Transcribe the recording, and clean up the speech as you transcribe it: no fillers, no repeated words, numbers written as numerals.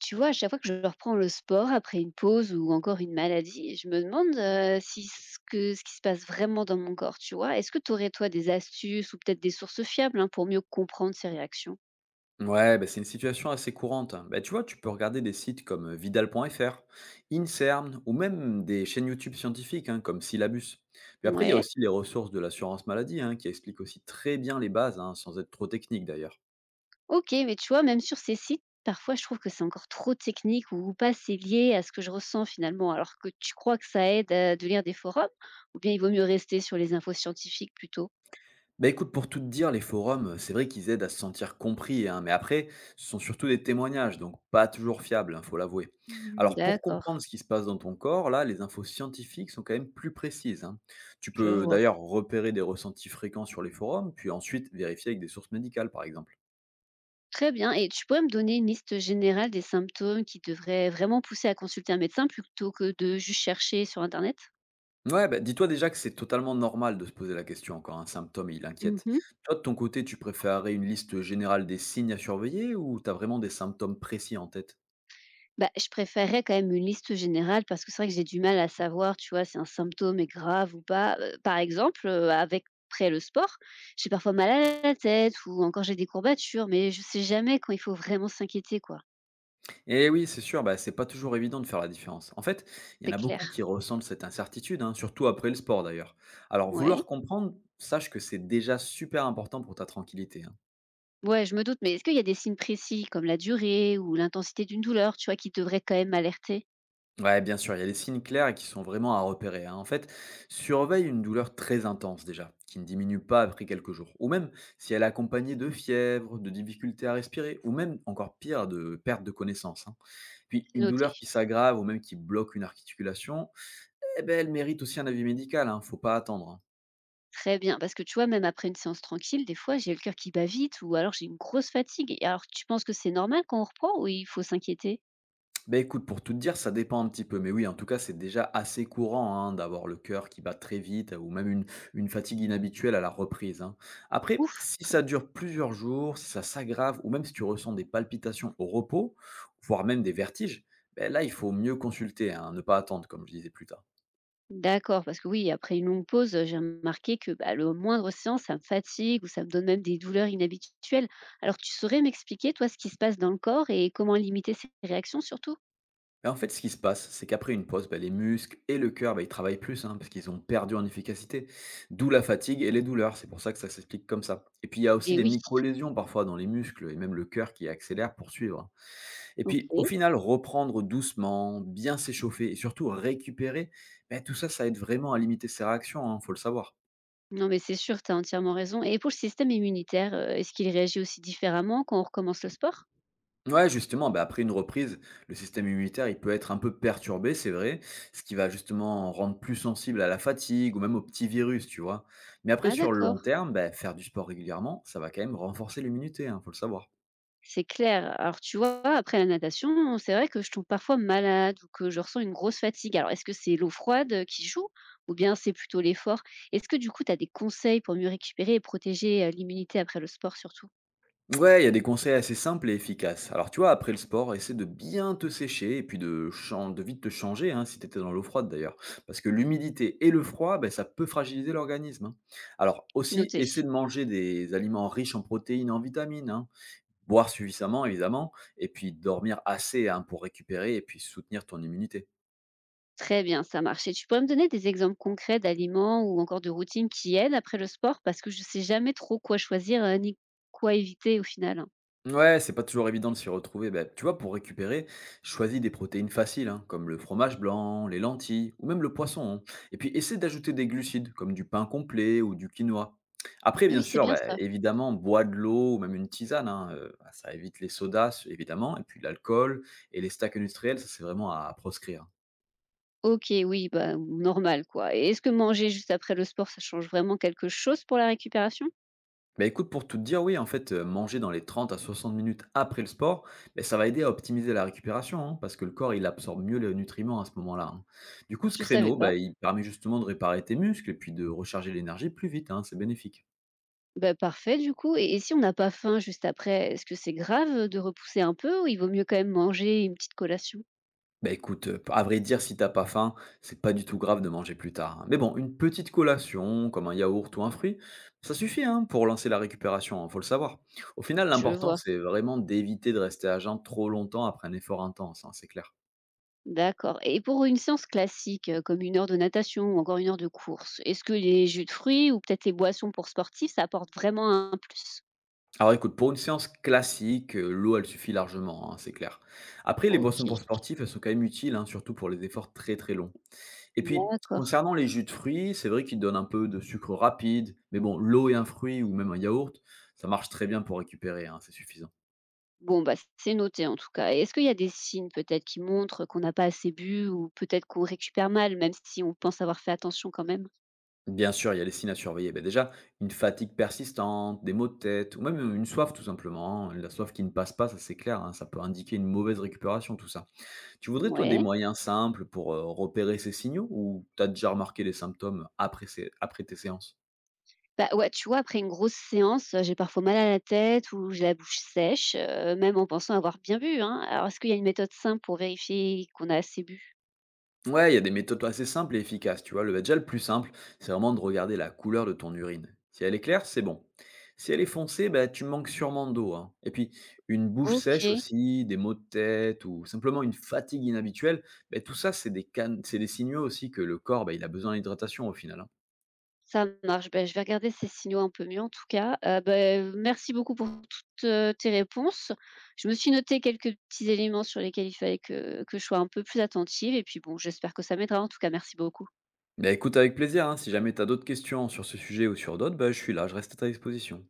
Tu vois, à chaque fois que je reprends le sport après une pause ou encore une maladie, je me demande si ce qui se passe vraiment dans mon corps, tu vois. Est-ce que tu aurais, toi, des astuces ou peut-être des sources fiables, hein, pour mieux comprendre ces réactions? Ouais, bah, c'est une situation assez courante, hein. Bah, tu vois, tu peux regarder des sites comme vidal.fr, INSERM ou même des chaînes YouTube scientifiques, hein, comme Syllabus. Puis après, il y a Ouais, aussi les ressources de l'assurance maladie, hein, qui expliquent aussi très bien les bases, hein, sans être trop technique d'ailleurs. ok, mais tu vois, même sur ces sites, parfois je trouve que c'est encore trop technique ou pas assez lié à ce que je ressens finalement, alors que tu crois que ça aide à, de lire des forums, ou bien il vaut mieux rester sur les infos scientifiques plutôt? Bah écoute, pour tout te dire, les forums, c'est vrai qu'ils aident à se sentir compris, hein, mais après, ce sont surtout des témoignages, donc pas toujours fiables, hein, faut l'avouer. Hmm, Alors pour d'accord, comprendre ce qui se passe dans ton corps, là, les infos scientifiques sont quand même plus précises, hein. Tu je peux vois. d'ailleurs repérer des ressentis fréquents sur les forums, puis ensuite vérifier avec des sources médicales, par exemple. Très bien. Et tu pourrais me donner une liste générale des symptômes qui devraient vraiment pousser à consulter un médecin plutôt que de juste chercher sur Internet? Ouais, bah dis-toi déjà que c'est totalement normal de se poser la question quand un symptôme, il inquiète. Mmh. Toi, de ton côté, tu préférerais une liste générale des signes à surveiller ou t'as vraiment des symptômes précis en tête? Bah, je préférerais quand même une liste générale parce que c'est vrai que j'ai du mal à savoir, tu vois, si un symptôme est grave ou pas. Par exemple, avec après le sport, j'ai parfois mal à la tête ou encore j'ai des courbatures, mais je sais jamais quand il faut vraiment s'inquiéter, quoi. Et oui, c'est sûr, bah, c'est pas toujours évident de faire la différence. En fait, il y en C'est a clair. beaucoup qui ressentent cette incertitude, hein, surtout après le sport d'ailleurs. Alors, Ouais. vouloir comprendre, sache que c'est déjà super important pour ta tranquillité, hein. Ouais, je me doute, mais est-ce qu'il y a des signes précis comme la durée ou l'intensité d'une douleur, tu vois, qui devraient quand même m'alerter? Ouais, bien sûr, il y a des signes clairs et qui sont vraiment à repérer, hein. En fait, surveille une douleur très intense déjà, qui ne diminue pas après quelques jours. Ou même si elle est accompagnée de fièvre, de difficultés à respirer, ou même encore pire, de perte de connaissance, hein. Puis une Noté. douleur qui s'aggrave ou même qui bloque une articulation, eh ben, elle mérite aussi un avis médical, hein, faut pas attendre, hein. Très bien, parce que tu vois, même après une séance tranquille, des fois, j'ai le cœur qui bat vite ou alors j'ai une grosse fatigue. Et alors, tu penses que c'est normal quand on reprend ou il faut s'inquiéter? Ben écoute, pour tout te dire, ça dépend un petit peu. Mais oui, en tout cas, c'est déjà assez courant, hein, d'avoir le cœur qui bat très vite ou même une fatigue inhabituelle à la reprise, hein. Après, Ouf. si ça dure plusieurs jours, si ça s'aggrave ou même si tu ressens des palpitations au repos, voire même des vertiges, ben là, il faut mieux consulter, hein, ne pas attendre, comme je disais plus tard. D'accord, parce que oui, après une longue pause, j'ai remarqué que bah, le moindre séance, ça me fatigue ou ça me donne même des douleurs inhabituelles. Alors, tu saurais m'expliquer, toi, ce qui se passe dans le corps et comment limiter ses réactions surtout? Mais en fait, ce qui se passe, c'est qu'après une pause, bah, les muscles et le cœur, bah, ils travaillent plus, hein, parce qu'ils ont perdu en efficacité. D'où la fatigue et les douleurs. C'est pour ça que ça s'explique comme ça. Et puis, il y a aussi Et des oui, micro-lésions parfois dans les muscles et même le cœur qui accélère pour suivre. Et puis, au ok. final, reprendre doucement, bien s'échauffer et surtout récupérer, bah, tout ça, ça aide vraiment à limiter ces réactions, il faut le savoir. Non, mais c'est sûr, tu as entièrement raison. Et pour le système immunitaire, est-ce qu'il réagit aussi différemment quand on recommence le sport? Ouais, justement, bah, après une reprise, le système immunitaire, il peut être un peu perturbé, c'est vrai, ce qui va justement rendre plus sensible à la fatigue ou même aux petits virus, tu vois. Mais après, Ah, sur le long d'accord. terme, bah, faire du sport régulièrement, ça va quand même renforcer l'immunité, hein, faut le savoir. C'est clair. Alors, tu vois, après la natation, c'est vrai que je tombe parfois malade ou que je ressens une grosse fatigue. Alors, est-ce que c'est l'eau froide qui joue ou bien c'est plutôt l'effort? Est-ce que du coup, tu as des conseils pour mieux récupérer et protéger l'immunité après le sport surtout? Ouais, il y a des conseils assez simples et efficaces. Alors, tu vois, après le sport, essaie de bien te sécher et puis de vite te changer, hein, si tu étais dans l'eau froide d'ailleurs. Parce que l'humidité et le froid, ben, ça peut fragiliser l'organisme, hein. Alors, C'est aussi, noté. essaie de manger des aliments riches en protéines et en vitamines, hein. Boire suffisamment évidemment et puis dormir assez, hein, pour récupérer et puis soutenir ton immunité. Très bien, ça marche. Et tu pourrais me donner des exemples concrets d'aliments ou encore de routines qui aident après le sport parce que je ne sais jamais trop quoi choisir, ni quoi éviter au final. Ouais, c'est pas toujours évident de s'y retrouver. Bah, tu vois, pour récupérer, choisis des protéines faciles, hein, comme le fromage blanc, les lentilles ou même le poisson, hein. Et puis, essaie d'ajouter des glucides, comme du pain complet ou du quinoa. Après, Ah bien oui, c'est sûr, bien bah, ça. évidemment, bois de l'eau ou même une tisane, hein, bah, ça évite les sodas, évidemment, et puis l'alcool et les stacks industriels, ça c'est vraiment à proscrire, hein. OK, oui, bah, normal quoi, et est-ce que manger juste après le sport, ça change vraiment quelque chose pour la récupération? Bah écoute, pour tout te dire, oui, en fait, manger dans les 30 à 60 minutes après le sport, bah, ça va aider à optimiser la récupération, hein, parce que le corps, il absorbe mieux les nutriments à ce moment-là, hein. Du coup, ce Je savais créneau, pas. bah, il permet justement de réparer tes muscles et puis de recharger l'énergie plus vite, hein, c'est bénéfique. Bah, parfait du coup, et si on n'a pas faim juste après, est-ce que c'est grave, de repousser un peu ou il vaut mieux quand même manger une petite collation? Bah écoute, à vrai dire, si t'as pas faim, c'est pas du tout grave de manger plus tard, hein. Mais bon, une petite collation, comme un yaourt ou un fruit, ça suffit, hein, pour lancer la récupération, hein, faut le savoir. Au final, Je l'important, vois, c'est vraiment d'éviter de rester à jeun trop longtemps après un effort intense, hein, c'est clair. d'accord, et pour une séance classique, comme une heure de natation ou encore une heure de course, est-ce que les jus de fruits ou peut-être les boissons pour sportifs, ça apporte vraiment un plus? Alors écoute, pour une séance classique, l'eau, elle suffit largement, hein, c'est clair. Après, les boissons OK, pour sportifs, elles sont quand même utiles, hein, surtout pour les efforts très, très longs. Et puis, d'accord. concernant les jus de fruits, c'est vrai qu'ils donnent un peu de sucre rapide, mais bon, l'eau et un fruit ou même un yaourt, ça marche très bien pour récupérer, hein, c'est suffisant. Bon, bah, c'est noté en tout cas. Et est-ce qu'il y a des signes peut-être qui montrent qu'on n'a pas assez bu ou peut-être qu'on récupère mal, même si on pense avoir fait attention quand même? Bien sûr, il y a les signes à surveiller. Ben déjà, une fatigue persistante, des maux de tête ou même une soif tout simplement, hein. La soif qui ne passe pas, ça c'est clair, hein, ça peut indiquer une mauvaise récupération tout ça. Tu voudrais, toi, des Ouais. moyens simples pour, repérer ces signaux ou t'as déjà remarqué les symptômes après tes séances? Bah, ouais, tu vois, après une grosse séance, j'ai parfois mal à la tête ou j'ai la bouche sèche, même en pensant avoir bien bu, hein. Alors, est-ce qu'il y a une méthode simple pour vérifier qu'on a assez bu? Ouais, il y a des méthodes assez simples et efficaces, tu vois? Le Déjà, le plus simple, c'est vraiment de regarder la couleur de ton urine. Si elle est claire, c'est bon. Si elle est foncée, bah, tu manques sûrement d'eau, hein. Et puis une bouche Ok. sèche aussi, des maux de tête ou simplement une fatigue inhabituelle, beh, tout ça, c'est des signaux aussi que le corps, bah, il a besoin d'hydratation au final, hein. Ça marche. Ben, je vais regarder ces signaux un peu mieux en tout cas. Merci beaucoup pour toutes, tes réponses. Je me suis noté quelques petits éléments sur lesquels il fallait que je sois un peu plus attentive et puis bon, j'espère que ça m'aidera en tout cas, merci beaucoup. Bah, écoute avec plaisir, hein. Si jamais t'as d'autres questions sur ce sujet ou sur d'autres, bah, je suis là, je reste à ta disposition.